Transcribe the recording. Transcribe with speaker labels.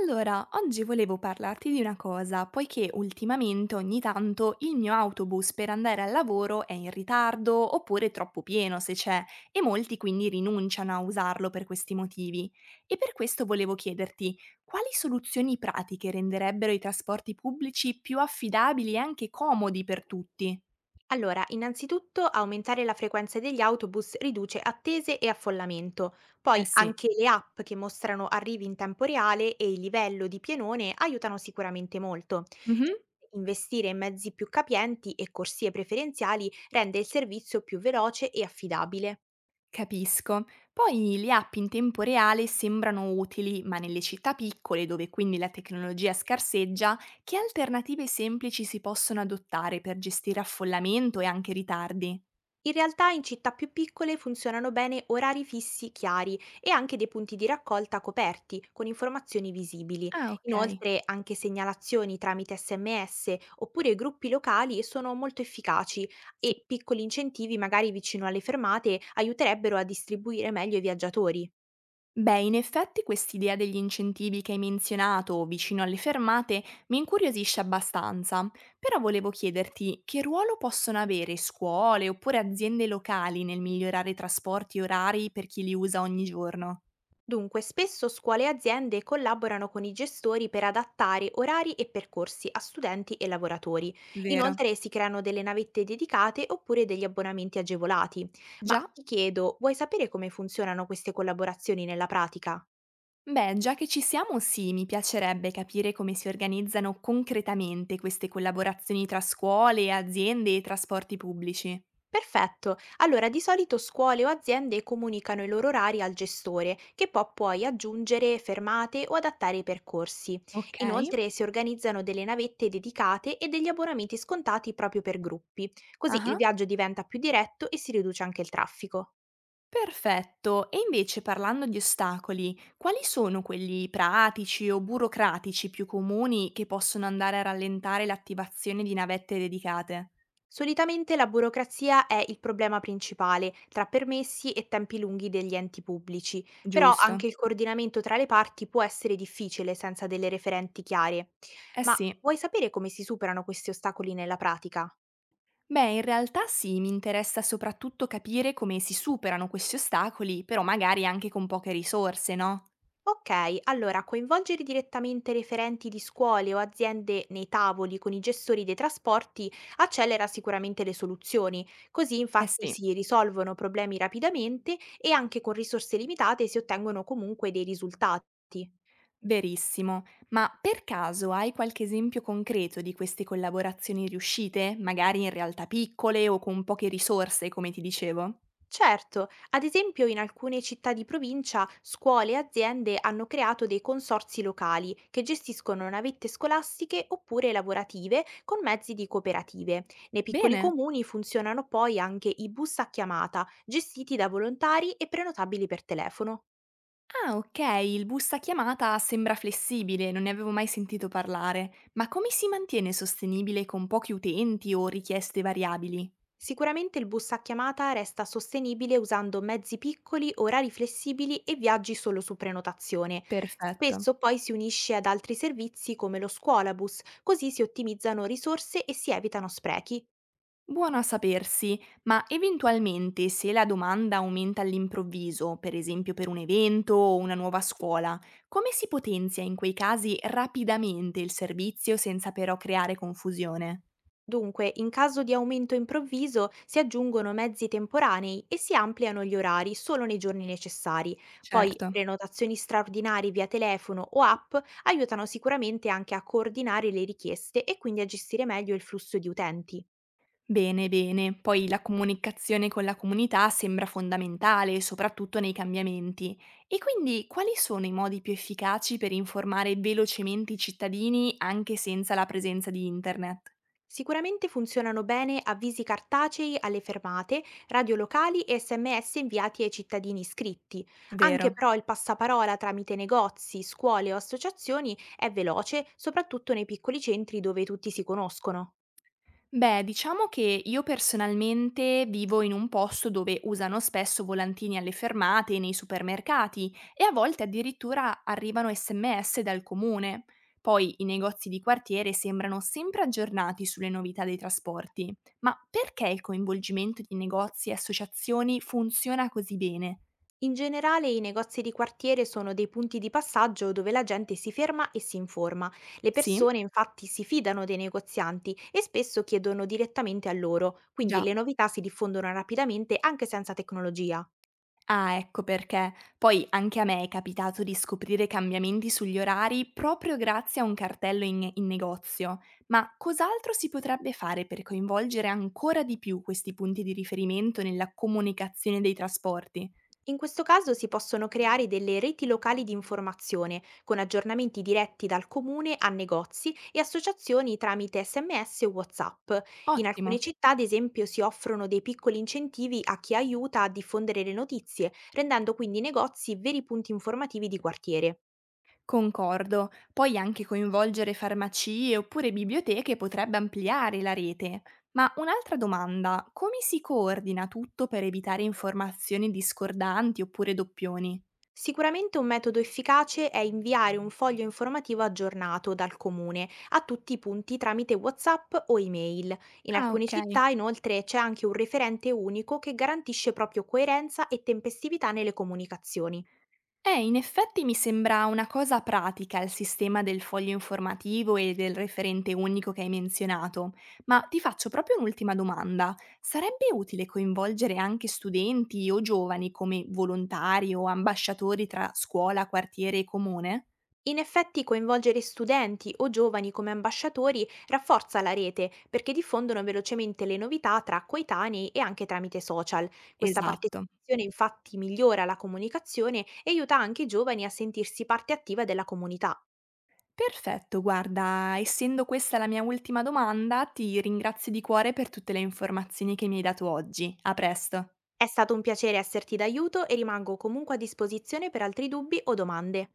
Speaker 1: Allora, oggi volevo parlarti di una cosa, poiché ultimamente ogni tanto il mio autobus per andare al lavoro è in ritardo oppure troppo pieno se c'è, e molti quindi rinunciano a usarlo per questi motivi. E per questo volevo chiederti quali soluzioni pratiche renderebbero i trasporti pubblici più affidabili e anche comodi per tutti?
Speaker 2: Allora, innanzitutto aumentare la frequenza degli autobus riduce attese e affollamento,
Speaker 1: Eh
Speaker 2: poi
Speaker 1: sì.
Speaker 2: anche le app che mostrano arrivi in tempo reale e il livello di pienone aiutano sicuramente molto.
Speaker 1: Mhm.
Speaker 2: Investire in mezzi più capienti e corsie preferenziali rende il servizio più veloce e affidabile.
Speaker 1: Capisco. Poi le app in tempo reale sembrano utili, ma nelle città piccole, dove quindi la tecnologia scarseggia, che alternative semplici si possono adottare per gestire affollamento e anche ritardi?
Speaker 2: In realtà in città più piccole funzionano bene orari fissi chiari e anche dei punti di raccolta coperti, con informazioni visibili.
Speaker 1: Ah, ok.
Speaker 2: Inoltre anche segnalazioni tramite sms oppure gruppi locali sono molto efficaci
Speaker 1: Sì.
Speaker 2: e piccoli incentivi magari vicino alle fermate aiuterebbero a distribuire meglio i viaggiatori.
Speaker 1: Beh, in effetti quest'idea degli incentivi che hai menzionato vicino alle fermate mi incuriosisce abbastanza, però volevo chiederti che ruolo possono avere scuole oppure aziende locali nel migliorare trasporti e orari per chi li usa ogni giorno?
Speaker 2: Dunque, spesso scuole e aziende collaborano con i gestori per adattare orari e percorsi a studenti e lavoratori.
Speaker 1: Vero.
Speaker 2: Inoltre si creano delle navette dedicate oppure degli abbonamenti agevolati. Ma
Speaker 1: Già?
Speaker 2: ti chiedo, vuoi sapere come funzionano queste collaborazioni nella pratica?
Speaker 1: Beh, già che ci siamo, sì, mi piacerebbe capire come si organizzano concretamente queste collaborazioni tra scuole, aziende e trasporti pubblici.
Speaker 2: Perfetto. Allora, di solito scuole o aziende comunicano i loro orari al gestore, che può poi aggiungere fermate o adattare i percorsi.
Speaker 1: Ok.
Speaker 2: Inoltre si organizzano delle navette dedicate e degli abbonamenti scontati proprio per gruppi, così il
Speaker 1: Ah,
Speaker 2: viaggio diventa più diretto e si riduce anche il traffico.
Speaker 1: perfetto. E invece parlando di ostacoli, quali sono quelli pratici o burocratici più comuni che possono andare a rallentare l'attivazione di navette dedicate?
Speaker 2: Solitamente la burocrazia è il problema principale, tra permessi e tempi lunghi degli enti pubblici, però
Speaker 1: Giusto.
Speaker 2: anche il coordinamento tra le parti può essere difficile senza delle referenti chiare.
Speaker 1: Eh
Speaker 2: Ma
Speaker 1: sì.
Speaker 2: vuoi sapere come si superano questi ostacoli nella pratica?
Speaker 1: Beh, in realtà sì, mi interessa soprattutto capire come si superano questi ostacoli, però magari anche con poche risorse, no?
Speaker 2: Ok, allora coinvolgere direttamente referenti di scuole o aziende nei tavoli con i gestori dei trasporti accelera sicuramente le soluzioni, così
Speaker 1: Eh
Speaker 2: infatti
Speaker 1: sì.
Speaker 2: si risolvono problemi rapidamente e anche con risorse limitate si ottengono comunque dei risultati.
Speaker 1: Verissimo. Ma per caso hai qualche esempio concreto di queste collaborazioni riuscite? Magari in realtà piccole o con poche risorse, come ti dicevo?
Speaker 2: Certo, ad esempio in alcune città di provincia scuole e aziende hanno creato dei consorzi locali che gestiscono navette scolastiche oppure lavorative con mezzi di cooperative. Nei piccoli
Speaker 1: Bene.
Speaker 2: comuni funzionano poi anche i bus a chiamata, gestiti da volontari e prenotabili per telefono.
Speaker 1: Ah, ok, il busta chiamata sembra flessibile, non ne avevo mai sentito parlare. Ma come si mantiene sostenibile con pochi utenti o richieste variabili?
Speaker 2: Sicuramente il bus a chiamata resta sostenibile usando mezzi piccoli, orari flessibili e viaggi solo su prenotazione.
Speaker 1: Perfetto.
Speaker 2: Spesso poi si unisce ad altri servizi come lo scuolabus, così si ottimizzano risorse e si evitano sprechi.
Speaker 1: Buono a sapersi, ma eventualmente se la domanda aumenta all'improvviso, per esempio per un evento o una nuova scuola, come si potenzia in quei casi rapidamente il servizio senza però creare confusione?
Speaker 2: Dunque, in caso di aumento improvviso, si aggiungono mezzi temporanei e si ampliano gli orari solo nei giorni necessari. Poi,
Speaker 1: Certo.
Speaker 2: prenotazioni straordinarie via telefono o app aiutano sicuramente anche a coordinare le richieste e quindi a gestire meglio il flusso di utenti.
Speaker 1: Bene, bene. Poi la comunicazione con la comunità sembra fondamentale, soprattutto nei cambiamenti. E quindi quali sono i modi più efficaci per informare velocemente i cittadini anche senza la presenza di internet?
Speaker 2: Sicuramente funzionano bene avvisi cartacei alle fermate, radio locali e sms inviati ai cittadini iscritti. Anche
Speaker 1: Vero.
Speaker 2: però il passaparola tramite negozi, scuole o associazioni è veloce, soprattutto nei piccoli centri dove tutti si conoscono.
Speaker 1: Beh, diciamo che io personalmente vivo in un posto dove usano spesso volantini alle fermate nei supermercati e a volte addirittura arrivano SMS dal comune. Poi i negozi di quartiere sembrano sempre aggiornati sulle novità dei trasporti. Ma perché il coinvolgimento di negozi e associazioni funziona così bene?
Speaker 2: In generale i negozi di quartiere sono dei punti di passaggio dove la gente si ferma e si informa. Le
Speaker 1: Sì?
Speaker 2: persone infatti si fidano dei negozianti e spesso chiedono direttamente a loro, quindi
Speaker 1: Già.
Speaker 2: le novità si diffondono rapidamente anche senza tecnologia.
Speaker 1: Ah, ecco perché. Poi anche a me è capitato di scoprire cambiamenti sugli orari proprio grazie a un cartello in negozio. Ma cos'altro si potrebbe fare per coinvolgere ancora di più questi punti di riferimento nella comunicazione dei trasporti?
Speaker 2: In questo caso si possono creare delle reti locali di informazione, con aggiornamenti diretti dal comune a negozi e associazioni tramite SMS e WhatsApp. In alcune
Speaker 1: Ottimo.
Speaker 2: città, ad esempio, si offrono dei piccoli incentivi a chi aiuta a diffondere le notizie, rendendo quindi i negozi veri punti informativi di quartiere.
Speaker 1: Concordo. Poi anche coinvolgere farmacie oppure biblioteche potrebbe ampliare la rete. Ma un'altra domanda, come si coordina tutto per evitare informazioni discordanti oppure doppioni?
Speaker 2: Sicuramente un metodo efficace è inviare un foglio informativo aggiornato dal comune a tutti i punti tramite WhatsApp o email. In
Speaker 1: Ah,
Speaker 2: alcune
Speaker 1: ok.
Speaker 2: città inoltre c'è anche un referente unico che garantisce proprio coerenza e tempestività nelle comunicazioni.
Speaker 1: In effetti mi sembra una cosa pratica il sistema del foglio informativo e del referente unico che hai menzionato, ma ti faccio proprio un'ultima domanda. Sarebbe utile coinvolgere anche studenti o giovani come volontari o ambasciatori tra scuola, quartiere e comune?
Speaker 2: In effetti coinvolgere studenti o giovani come ambasciatori rafforza la rete perché diffondono velocemente le novità tra coetanei e anche tramite social. Questa
Speaker 1: Esatto.
Speaker 2: partecipazione infatti migliora la comunicazione e aiuta anche i giovani a sentirsi parte attiva della comunità.
Speaker 1: Perfetto, guarda, essendo questa la mia ultima domanda, ti ringrazio di cuore per tutte le informazioni che mi hai dato oggi. A presto.
Speaker 2: È stato un piacere esserti d'aiuto e rimango comunque a disposizione per altri dubbi o domande.